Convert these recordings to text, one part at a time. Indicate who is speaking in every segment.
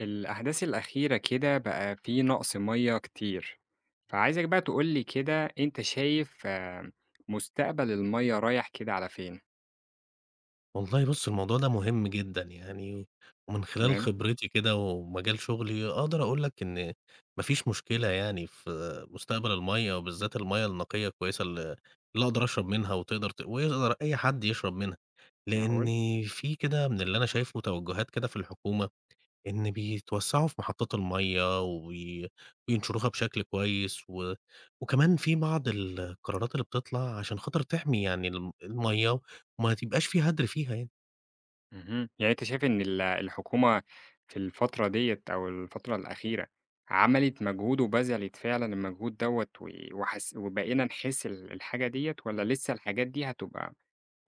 Speaker 1: الأحداث الأخيرة كده بقى في نقص مَيّة كتير، فعايزك بقى تقول لي كده أنت شايف مستقبل المَيّة رايح كده على فين؟
Speaker 2: والله بُص، الموضوع ده مهم جدًا يعني، ومن خلال
Speaker 1: تمام،
Speaker 2: خبرتي كده ومجال شغلي أقدر أقول لك إن ما فيش مشكلة يعني في مستقبل المَيّة، وبالذات المَيّة النقية الكويسة اللي أقدر أشرب منها وتقدر ت ويقدر أي حد يشرب منها، لإن
Speaker 1: معقول!
Speaker 2: في كده من اللي أنا شايفه توجهات كده في الحكومة، إن بيتوسّعوا في محطات المَيّة وينشروها بشكل كويس، وكمان في بعض القرارات اللي بتطلع عشان خاطر تحمي يعني المَيّة وما تبقاش في هدر فيها يعني.
Speaker 1: اهم، يعني أنت شايف إن الحكومة في الفترة ديّة أو الفترة الأخيرة عملت مجهود وبذلت فعلًا المجهود دوّة وحس وبقينا نحس الحاجة ديّة والّا لسه الحاجات دي هتبقى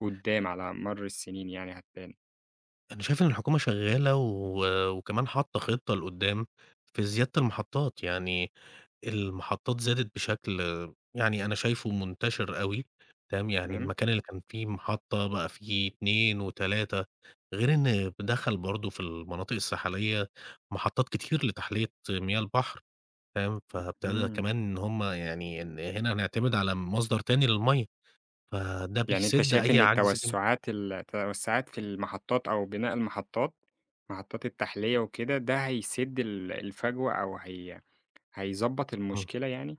Speaker 1: قدّام على مَر السنين يعني هتبان؟
Speaker 2: أنا شايف إن الحكومة شغّالة وكمان حاطّة خطّة لقدّام في زيادة المحطّات، يعني المحطّات زادت بشكل يعني أنا شايفه منتشر أوي، تمام، يعني
Speaker 1: تمام؟
Speaker 2: المكان اللي كان فيه محطّة بقى فيه 2 و3 غير إن دخّل برضه في المناطق الساحلية محطّات كتير لتحلية مياه البحر، تمام، فابتدى
Speaker 1: إمم.
Speaker 2: كمان إن هم يعني إن هنا هنعتمد على مصدر تاني للمَيّة، فده
Speaker 1: يعني أنت
Speaker 2: بيسِد
Speaker 1: شايف
Speaker 2: أي
Speaker 1: إن
Speaker 2: عجز.
Speaker 1: التوسعات في المحطات أو بناء المحطات، محطات التحلية وكده، ده هيسد الفجوة أو هيضبّط المشكلة يعني؟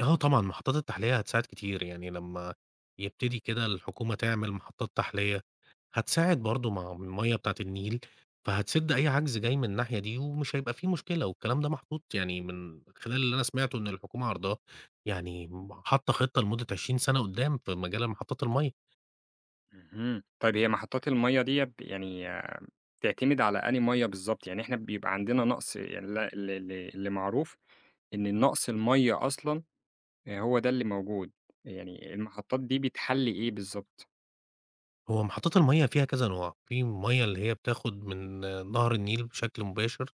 Speaker 2: آه طبعًا، محطات التحلية هتساعد كتير، يعني لمّا يبتدي كده الحكومة تعمل محطات تحلية، هتساعد برضه مع المَيّة بتاعة النيل، فهتسد أي عجز جاي من الناحية دي ومش هيبقى في مشكلة، والكلام ده محطوط يعني من خلال اللي أنا سمعته إن الحكومة عارضاه، يعني حاطة خطة لمدة 20 سَنة قدّام في مجال محطات المَيّة.
Speaker 1: اهم، طيب هي محطات المَيّة ديّة يعني بتعتمد على أنهي مَيّة بالضبط؟ يعني إحنا بيبقى عندنا نقص ال ال ال اللي اللي معروف إن النقص المَيّة أصلًا هو ده اللي موجود، يعني المحطات دي بتحلّي إيه بالضبط؟
Speaker 2: هو محطات المَيّة فيها كذا نوع، في مَيّة اللي هي بتاخد من نهر النيل بشكل مباشر،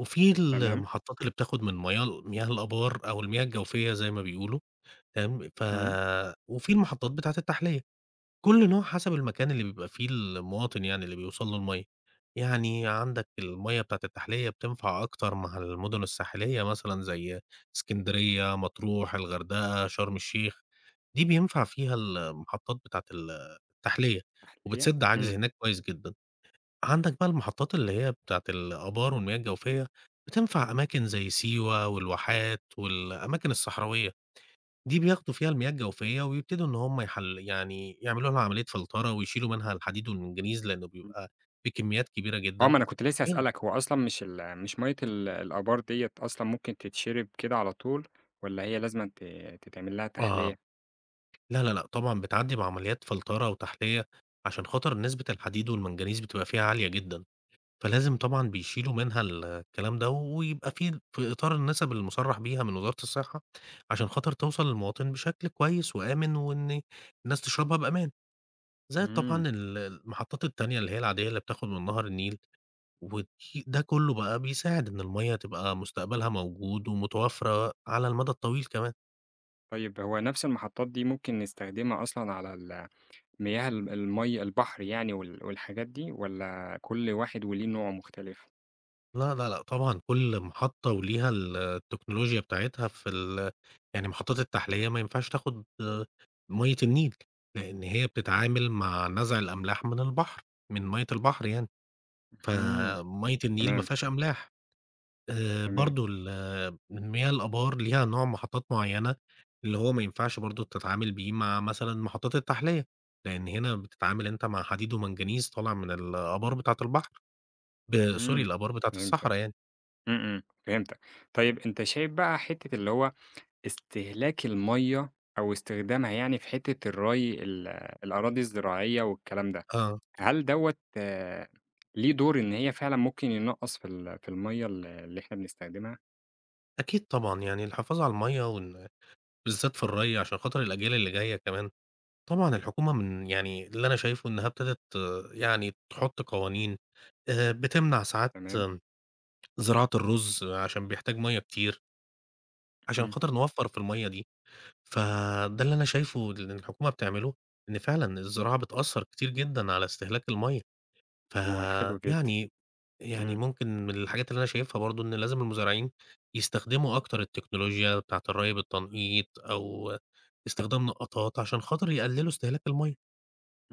Speaker 2: وفي
Speaker 1: تمام،
Speaker 2: المحطات اللي بتاخد من مياه الآبار أو المياه الجوفية زي ما بيقولوا. تمام،
Speaker 1: إمم،
Speaker 2: وفي المحطات بتاعة التحلية، كل نوع حسب المكان اللي بيبقى فيه المواطن يعني اللي بيوصل له المَيّة، يعني عندك المَيّة بتاعة التحلية بتنفع أكتر مع المدن الساحلية مثلًا زي إسكندرية، مطروح، الغردقة، شرم الشيخ، دي بينفع فيها المحطات بتاعة التحلية،
Speaker 1: تحلية،
Speaker 2: وبتسد عجز
Speaker 1: إمم.
Speaker 2: هناك كويس جدًا، عندك بقى المحطات اللي هي بتاعة الآبار والمياه الجوفية، بتنفع أماكن زي سيوة والواحات والأماكن الصحراوية. دي بياخدوا فيها المياه الجوفية ويبتدوا إن هم يعني يعملوا لها عملية فلترة ويشيلوا منها الحديد والمنجنيز لأنه بيبقى بكميات كبيرة
Speaker 1: آه،
Speaker 2: جدًا.
Speaker 1: ما أنا كنت لسه
Speaker 2: بجد
Speaker 1: هاسألك، هو أصلًا مش مَيّة الآبار ديّة أصلًا ممكن تتشرب كده على طول والّا هي لازمًا تتعمل لها
Speaker 2: آه.
Speaker 1: تحلية؟
Speaker 2: لا، لا، لأ، طبعًا بتعدّي بعمليات فلترة وتحلية عشان خاطر نسبة الحديد والمنجنيز بتبقى فيها عالية جدًا، فلازم طبعًا بيشيلوا منها الكلام ده ويبقى في إطار النسب المُصرّح بيها من وزارة الصحة عشان خاطر توصل للمواطن بشكل كويس وآمن وإن الناس تشربها بأمان. زائد
Speaker 1: إمم،
Speaker 2: طبعًا المحطات التانية اللي هي العادية اللي بتاخد من نهر النيل ده كله بقى بيساعد إن المَيّة تبقى مستقبلها موجود ومتوفّرة على المدى الطويل كمان.
Speaker 1: طيب هو نَفْس المحطّات دي ممكن نستخدمها أصلًا على مياه ال المَيّة البحر يعني والحاجات دي والّا كل واحد وليه نوع مختلف؟
Speaker 2: لا، لا، لأ، طبعًا كل محطة وليها التكنولوجيا بتاعتها في ال يعني محطات التحلية ما ينفعش تاخد مَيّة النيل، لإن هي بتتعامل مع نزع الأملاح من البحر، من مَيّة البحر يعني،
Speaker 1: اهم،
Speaker 2: فمَيّة النيل ما
Speaker 1: تمام،
Speaker 2: فيهاش أملاح.
Speaker 1: تمام،
Speaker 2: برضه المياه الآبار ليها نوع محطات معيّنة، اللي هو ما ينفعش برضه تتعامل بيه مع مثلًا محطات التحلية، لإن هنا بتتعامل أنت مع حديد ومنجنيز طالع من الآبار بتاعة البحر sorry
Speaker 1: إمم،
Speaker 2: الآبار بتاعة
Speaker 1: فهمتك،
Speaker 2: الصحرا يعني.
Speaker 1: إمم، إمم، فهمتك. طيب أنت شايف بقى حتّة اللي هو استهلاك المَيّة أو استخدامها يعني في حتّة الري الأراضي الزراعية والكلام ده،
Speaker 2: آه،
Speaker 1: هل دوّة ليه دور إن هي فعلًا ممكن ينقّص في المَيّة اللي إحنا بنستخدمها؟
Speaker 2: أكيد طبعًا يعني الحفاظ على المَيّة وإن بالذات في الري عشان خاطر الأجيال اللي جاية كمان. طبعًا الحكومة من يعني اللي أنا شايفه إنها ابتدت يعني تحط قوانين، بتمنع ساعات
Speaker 1: تمام،
Speaker 2: زراعة الرز عشان بيحتاج مَيّة كتير، عشان
Speaker 1: إمم،
Speaker 2: خاطر نوفّر في المَيّة دي. فده اللي أنا شايفه اللي الحكومة بتعمله، إن فعلًا الزراعة بتأثّر كتير جدًا على استهلاك المَيّة،
Speaker 1: هو
Speaker 2: فيعني
Speaker 1: حلو جدًا،
Speaker 2: يعني
Speaker 1: إمم،
Speaker 2: ممكن من الحاجات اللي أنا شايفها برضه إن لازم المزارعين يستخدموا أكتر التكنولوجيا بتاعة الري بالتنقيط أو استخدام نقّاطات عشان خاطر يقللوا استهلاك المَيّة.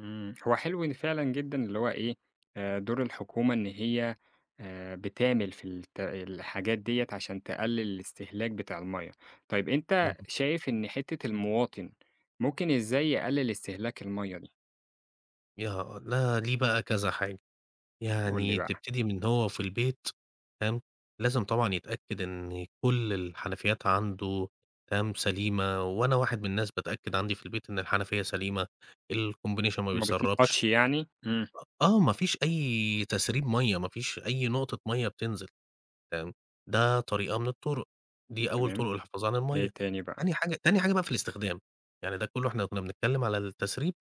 Speaker 1: إمم، هو حلو إن فعلًا جدًا اللي هو إيه، دور الحكومة إن هي بتعمل في الحاجات ديّة عشان تقلّل الاستهلاك بتاع المَيّة. طيب أنت
Speaker 2: اهم.
Speaker 1: شايف إن حتّة المواطن ممكن إزاي يقلّل استهلاك المَيّة دي؟
Speaker 2: يا ده ليه بقى كذا حاجة.
Speaker 1: قُل لي
Speaker 2: يعني
Speaker 1: بقى،
Speaker 2: تبتدي من هو في البيت تمام، لازم طبعًا يتأكد إن كل الحنفيات عنده تمام، سليمة، وأنا واحد من الناس باتأكد عندي في البيت إن الحنفية سليمة، الcombination ما
Speaker 1: ما
Speaker 2: بيسرّبش،
Speaker 1: بتنقّطش يعني؟ إمم،
Speaker 2: آه، ما فيش أي تسريب مَيّة، ما فيش أي نقطة مَيّة بتنزل. تمام، ده طريقة من الطرق، دي أول
Speaker 1: تمام،
Speaker 2: طرق للحفاظ على
Speaker 1: إيه
Speaker 2: المَيّة.
Speaker 1: تاني بقى؟
Speaker 2: تاني حاجة بقى في الاستخدام، يعني ده كلّه إحنا كنا بنتكلّم على التسريب،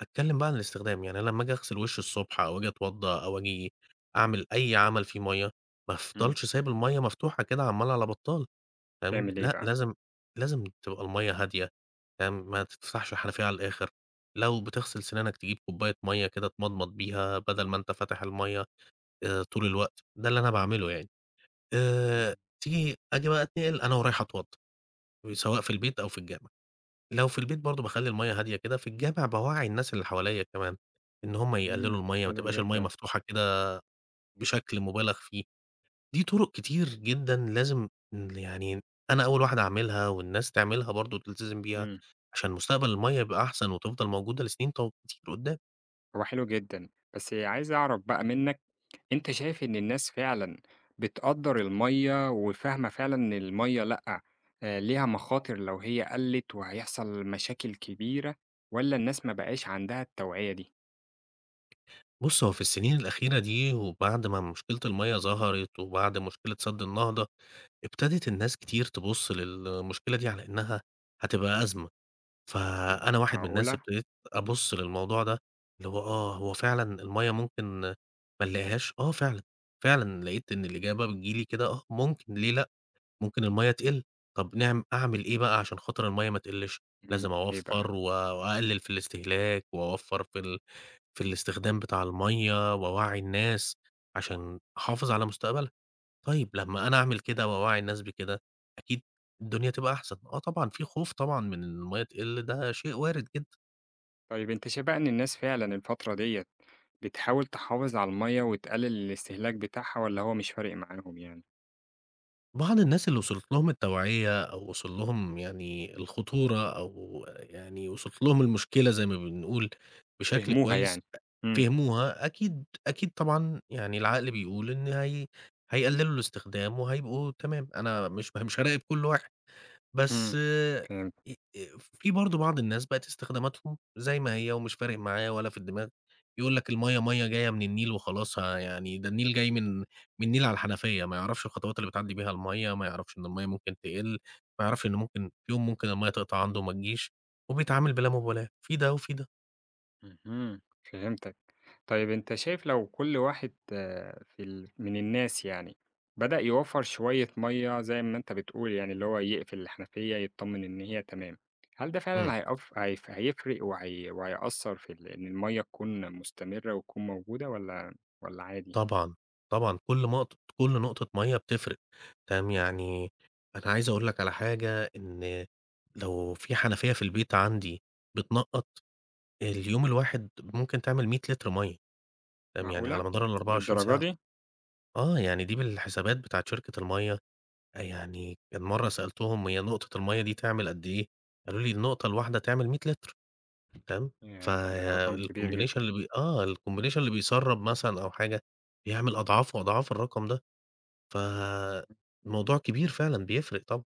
Speaker 2: أتكلّم بقى عن الاستخدام، يعني أنا لمّا آجي أغسل وشّي الصبح أو آجي أتوضّى أو آجي أعمل أي عمل فيه مَيّة، ما
Speaker 1: إمم،
Speaker 2: افضلش سايب المَيّة مفتوحة كده عمّال على بطّال، فاهم،
Speaker 1: تعمل إيه
Speaker 2: لأ
Speaker 1: بقى؟
Speaker 2: لازم تبقى المَيّة هادية، فاهم، ما تفتحش الحنفية على الآخر، لو بتغسل سنانك تجيب كوباية مَيّة كده تمضمض بيها بدل ما أنت فاتح المَيّة طول الوقت، ده اللي أنا باعمله يعني. آآ،
Speaker 1: إمم،
Speaker 2: تيجي آجي بقى أتنقل أنا ورايح أتوضّى، سواء في البيت أو في الجامع، لو في البيت برضه باخلّي المَيّة هادية كده، في الجامع باوعّي الناس اللي حواليّا كمان، إن هُم يقللوا
Speaker 1: إمم،
Speaker 2: المَيّة، ما
Speaker 1: حلو
Speaker 2: تبقاش المَيّة
Speaker 1: جدًا،
Speaker 2: مفتوحة كده بشكل مُبالغ فيه، دي طُرق كتير جدًا لازم يعني أنا أول واحد أعملها والناس تعملها برضه وتلتزم بيها،
Speaker 1: إمم،
Speaker 2: عشان مستقبل المَيّة يبقى أحسن وتفضل موجودة لسنين كتير قدّام.
Speaker 1: هو حلو جدًا، بس عايز أعرف بقى منّك، أنت شايف إن الناس فعلًا بتقدّر المَيّة وفاهمة فعلًا إن المَيّة لأ، ليها مخاطر لو هي قَلِّت وهيحصل مشاكل كبيرة والّا الناس ما بقاش عندها التوعية دي؟
Speaker 2: بُص، هو في السنين الأخيرة دي وبعد ما مشكلة المَيّة ظهرت وبعد مشكلة سد النهضة، ابتدت الناس كتير تبُص للمشكلة دي على إنها هتبقى أزمة، فأنا واحد من الناس
Speaker 1: معقولة!
Speaker 2: ابتديت أبُص للموضوع ده اللي هو هو فعلًا المَيّة ممكن ما نلاقيهاش؟ آه فعلًا، فعلًا لقيت إن الإجابة بتيجي لي كده آه، ممكن ليه لأ، ممكن المَيّة تقِل، طَب نعم أعمل إيه بقى عشان خاطر المَيّة ما تقِلِّش؟ لازم
Speaker 1: إمم، إيه بقى؟
Speaker 2: أوفّر وأقلل في الاستهلاك وأوفّر في الاستخدام بتاع المَيّة وأوعّي الناس عشان أحافظ على مستقبلها. طيب لمّا أنا أعمل كده وأوعّي الناس بكده، أكيد الدنيا تبقى أحسن. آه طبعًا في خوف طبعًا من إن المَيّة تقِل، ده شيء وارد جدًا.
Speaker 1: طيب أنت شايف بقى إن الناس فعلًا الفترة ديّة بتحاول تحافظ على المَيّة وتقلل الاستهلاك بتاعها والّا هو مش فارق معاهم يعني؟
Speaker 2: بعض الناس اللي وصلت لهم التوعية أو وصل لهم يعني الخطورة أو يعني وصلت لهم المشكلة زي ما بنقول بشكل
Speaker 1: فهموها
Speaker 2: كويس،
Speaker 1: يعني. إمم،
Speaker 2: فهموها، أكيد أكيد طبعًا يعني العقل بيقول إن هي هيقلّلوا الاستخدام وهيبقوا تمام، أنا مش هاراقب كل واحد.
Speaker 1: إمم،
Speaker 2: بس آه،
Speaker 1: فهمت،
Speaker 2: أ أ في برضه بعض الناس بقت استخداماتهم زي ما هي ومش فارق معاه ولا في الدماغ، يقول لك المَيّة مَيّة جاية من النيل وخلاص ها يعني ده النيل جاي من النيل على الحنفية، ما يعرفش الخطوات اللي بتعدّي بيها المَيّة، ما يعرفش إن المَيّة ممكن تقِل، ما يعرفش إن ممكن في يوم ممكن المَيّة تقطع عنده وما تجيش، وبيتعامل بلا مبالاة، في ده وفي ده.
Speaker 1: اهم، فهمتك. طيب أنت شايف لو كل واحد آه، في ال من الناس يعني بدأ يوفّر شوية مَيّة زي ما أنت بتقول يعني، اللي هو يقفل الحنفية يتطمن إن هي تمام، هل ده
Speaker 2: إمم.
Speaker 1: فعلًا هيقف هيف هيفرق وهيأثّر في إن المَيّة تكون مستمرة وتكون موجودة والّا عادي؟
Speaker 2: طبعًا، طبعًا كل كل نقطة مَيّة بتفرق، تمام، يعني أنا عايز أقول لك على حاجة، إن لو في حنفية في البيت عندي بتنقّط، اليوم الواحد ممكن تعمل 100 لتر مَيّة، تمام، يعني
Speaker 1: معقولة!
Speaker 2: على مدار ال24
Speaker 1: للدرجة
Speaker 2: ساعة،
Speaker 1: دي!
Speaker 2: آه، يعني دي بالحسابات بتاعة شركة المَيّة، يعني كان مرّة سألتهم هي نقطة المَيّة دي تعمل قد إيه، قالوا لي النقطة الواحدة تعمل 100 لتر، تمام،
Speaker 1: ياه! ده رقم كبير
Speaker 2: فالcombination
Speaker 1: جدًا،
Speaker 2: اللي بي آه، الcombination اللي بيسرّب مثلًا أو حاجة، بيعمل أضعاف وأضعاف الرقم ده. فالموضوع كبير فعلًا بيفرق طبعًا.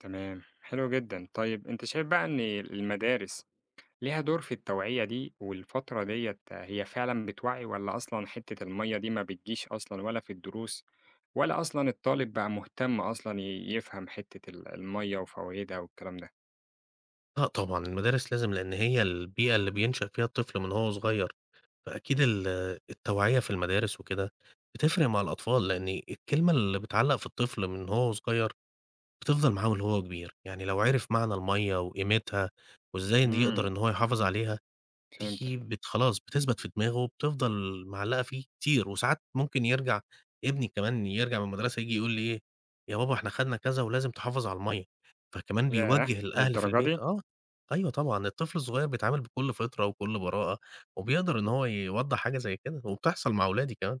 Speaker 1: تمام، حلو جدًا. طيب أنت شايف بقى إن المدارس ليها دور في التوعية دي، والفترة ديّة هي فعلًا بتوعّي والّا أصلًا حتّة المَيّة دي ما بتجيش أصلًا ولا في الدروس، ولا أصلًا الطالب بقى مهتم أصلًا يفهم حتّة المَيّة وفوايدها والكلام ده؟
Speaker 2: لأ طبعًا، المدارس لازم لإن هي البيئة اللي بينشأ فيها الطفل من وهو صغير، فأكيد التوعية في المدارس وكده بتفرق مع الأطفال، لإن الكلمة اللي بتعلّق في الطفل من هو صغير بتفضل معاه وهو كبير، يعني لو عرف معنى المَيّة وقيمتها وإزاي إن يقدر
Speaker 1: اهم،
Speaker 2: إن هو يحافظ عليها دي
Speaker 1: فهمتك.
Speaker 2: خلاص بتثبت في دماغه وبتفضل معلّقة فيه كتير، وساعات ممكن يرجع ابني كمان يرجع من المدرسة ييجي يقول لي إيه: "يا بابا إحنا خدنا كذا ولازم تحافظ على المَيّة." فكمان
Speaker 1: ياه!
Speaker 2: بيوجّه الأهل في
Speaker 1: للدرجة
Speaker 2: البيت
Speaker 1: دي!
Speaker 2: أيوه طبعًا الطفل الصغير بيتعامل بكل فطرة وكل براءة، وبيقدر إن هو يوضّح حاجة زي كده، وبتحصل مع ولادي كمان،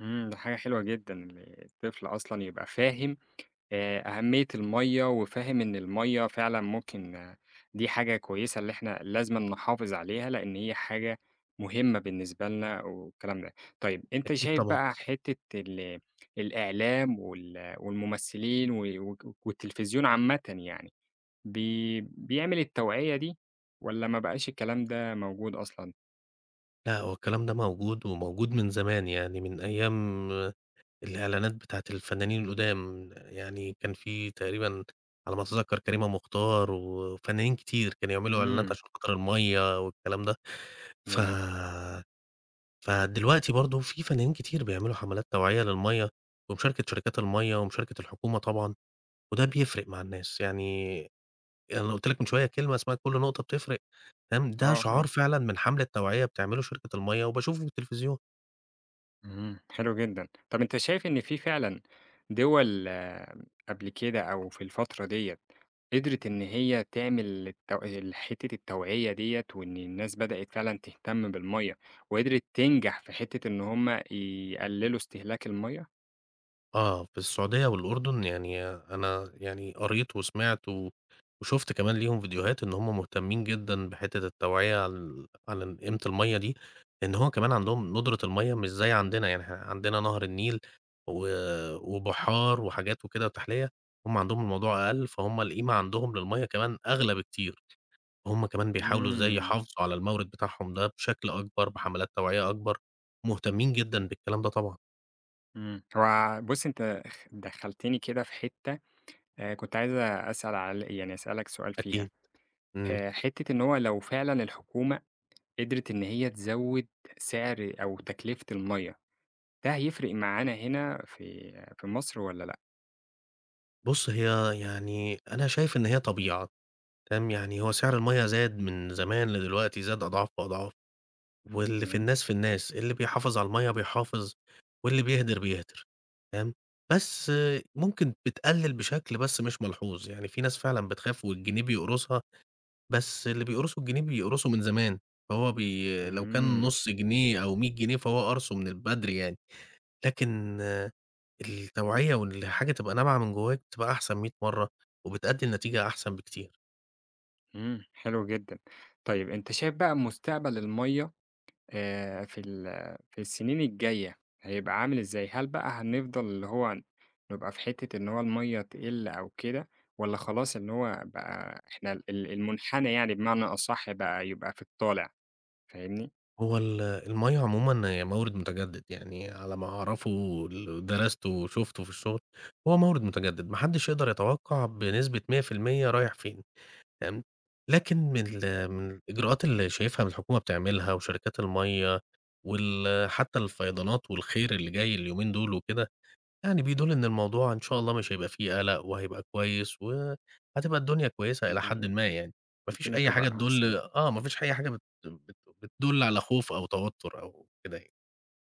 Speaker 1: إمم، ده حاجة حلوة جدًا، إن الطفل أصلًا يبقى فاهم أهمية المَيّة وفاهم إن المَيّة فعلًا ممكن. دي حاجة كويسة اللي إحنا لازمًا نحافظ عليها، لإن هي حاجة مهمة بالنسبة لنا والكلام ده. طيب أنت
Speaker 2: أكيد
Speaker 1: شايف
Speaker 2: طبعًا.
Speaker 1: بقى حتّة الإعلام والممثلين و و والتلفزيون عامةً يعني، بيعمل التوعية دي والّا ما بقاش الكلام ده موجود أصلًا؟
Speaker 2: لأ، هو الكلام ده موجود وموجود من زمان، يعني من أيام الإعلانات بتاعة الفنانين القدام، يعني كان في تقريبًا على ما أتذكّر كريمة مختار وفنانين كتير كانوا يعملوا إعلانات
Speaker 1: إمم.
Speaker 2: عشان خاطر المَيّة والكلام ده، ف
Speaker 1: ياه!
Speaker 2: فدلوقتي برضه في فنانين كتير بيعملوا حملات توعية للمَيّة ومشاركة شركات المَيّة ومشاركة الحكومة طبعًا، وده بيفرق مع الناس، يعني أنا قُلت لك من شوية كلمة اسمها كل نقطة بتفرق، تمام، ده
Speaker 1: آه، آه.
Speaker 2: شعار فعلًا من حملة توعية بتعمله شركة المَيّة وباشوفه في التلفزيون.
Speaker 1: إمم، حلو جدًا. طب أنت شايف إن في فعلًا دول، قبل كده أو في الفترة ديّة قدرت إن هي تعمل التو ال حتّة التوعية ديّة، وإن الناس بدأت فعلًا تهتم بالمَيّة، وقدرت تنجح في حتّة إن هم يقللوا استهلاك المَيّة؟
Speaker 2: آه، في السعودية والأردن يعني أنا يعني قريت وسمعت وشُفت كمان ليهم فيديوهات إن هم مهتمين جدًا بحتّة التوعية عن قيمة المَيّة دي، لإن هو كمان عندهم ندرة المَيّة مش زي عندنا، يعني إحنا عندنا نهر النيل و وبحار وحاجات وكده وتحلية، هم عندهم الموضوع أقل، فهم القيمة عندهم للمَيّة كمان أغلى بكتير، هم كمان بيحاولوا إزاي
Speaker 1: إمم،
Speaker 2: يحافظوا على المورد بتاعهم ده بشكل أكبر، بحملات توعية أكبر، مهتمين جدًا بالكلام ده طبعًا،
Speaker 1: إمم. هو بُص أنت دخّلتني كده في حتّة كنت عايز أسأل يعني أسألك سؤال فيها،
Speaker 2: أكيد، إمم.
Speaker 1: حتّة إن هو لو فعلًا الحكومة قدرت إن هي تزوّد سعر أو تكلفة المَيّة، ده هيفرق معانا هنا في مصر والّا لأ؟
Speaker 2: بُص، هي يعني أنا شايف إن هي طبيعة، تمام، يعني هو سعر المَيّة زاد من زمان لدلوقتي زاد أضعاف وأضعاف، واللي
Speaker 1: تمام،
Speaker 2: في الناس، اللي بيحافظ على المَيّة بيحافظ، واللي بيهدر بيهدر، تمام، بس ممكن بتقلل بشكل بس مش ملحوظ، يعني في ناس فعلًا بتخاف والجنيه بيقرصها، بس اللي بيقرصوا الجنيه بيقرصوا من زمان، فهو لو كان
Speaker 1: إمم،
Speaker 2: نُص جنيه أو 100 جنيه فهو قرصه من بدري يعني، لكن التوعية وإن الحاجة تبقى نابعة من جواك بتبقى أحسن 100 مرّة، وبتأدّي لنتيجة أحسن بكتير.
Speaker 1: إمم، حلو جدًا. طيب أنت شايف بقى مستقبل المَيّة آآ في ال في السنين الجاية هيبقى عامل إزاي؟ هل بقى هنفضل اللي هو نبقى في حتّة إن هو المَيّة تقِل أو كده والّا خلاص إن هو بقى إحنا ال ال المنحنى يعني بمعنى أصح بقى يبقى في الطالع، فاهمني؟
Speaker 2: هو المَيّة عمومًا هي مَورِد متجدد، يعني على ما أعرفه واللي درسته وشُفته في الشغل، هو مَورِد متجدد، ما حدّش يقدر يتوقّع بنسبة 100% رايح فين، فاهم؟ لكن من الإجراءات اللي شايفها إن الحكومة بتعملها وشركات المَيّة حتّى الفيضانات والخير اللي جاي اليومين دول وكده يعني بيدُل إن الموضوع إن شاء الله مش هيبقى فيه قلق وهيبقى كويس، وهتبقى الدنيا كويسة إلى حدٍ
Speaker 1: الدنيا
Speaker 2: ما يعني، ما فيش
Speaker 1: الدنيا
Speaker 2: أي حاجة
Speaker 1: تبقى أحسن.
Speaker 2: تدُل ما فيش أي حاجة بت بت بتدُل على خوف أو توتر أو كده يعني.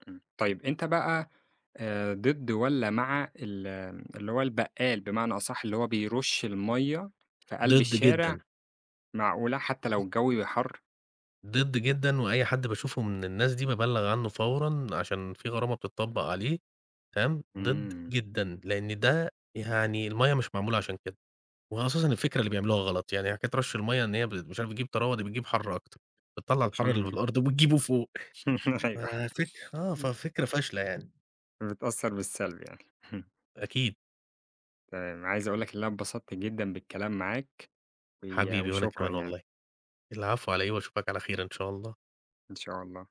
Speaker 1: إمم. طيب أنت بقى ضد والّا مع اللي هو البقّال بمعنى أصح، اللي هو بيرُش المَيّة في قلب
Speaker 2: ضد
Speaker 1: الشارع،
Speaker 2: جدًا،
Speaker 1: معقولة حتّى لو الجو بيبقى حَر؟
Speaker 2: ضد جدًا، وأي حد باشوفه من الناس دي بابلّغ عنه فورًا عشان في غرامة بتطبّق عليه، تمام، ضد
Speaker 1: إمم،
Speaker 2: جدًا، لإن ده يعني المَيّة مش معمولة عشان كده، وأساسًا الفكرة اللي بيعملوها غلط، يعني حكاية رش المَيّة إن هي مش عارف بتجيب طراوة، دي بتجيب حَر أكتر، بتطلّع الحَر اللي في
Speaker 1: إمم.
Speaker 2: الأرض وبتجيبه فوق.
Speaker 1: أيوه.
Speaker 2: ففكرة فاشلة يعني،
Speaker 1: بتأثّر بالسلب يعني.
Speaker 2: أكيد،
Speaker 1: تمام. عايز أقول لك إن أنا اتبسطت جدًا بالكلام معاك، و
Speaker 2: حبيبي وأنا
Speaker 1: وشكرًا
Speaker 2: كمان
Speaker 1: يعني،
Speaker 2: والله، العفو على إيه وأشوفك على خير إن شاء الله.
Speaker 1: إن شاء الله.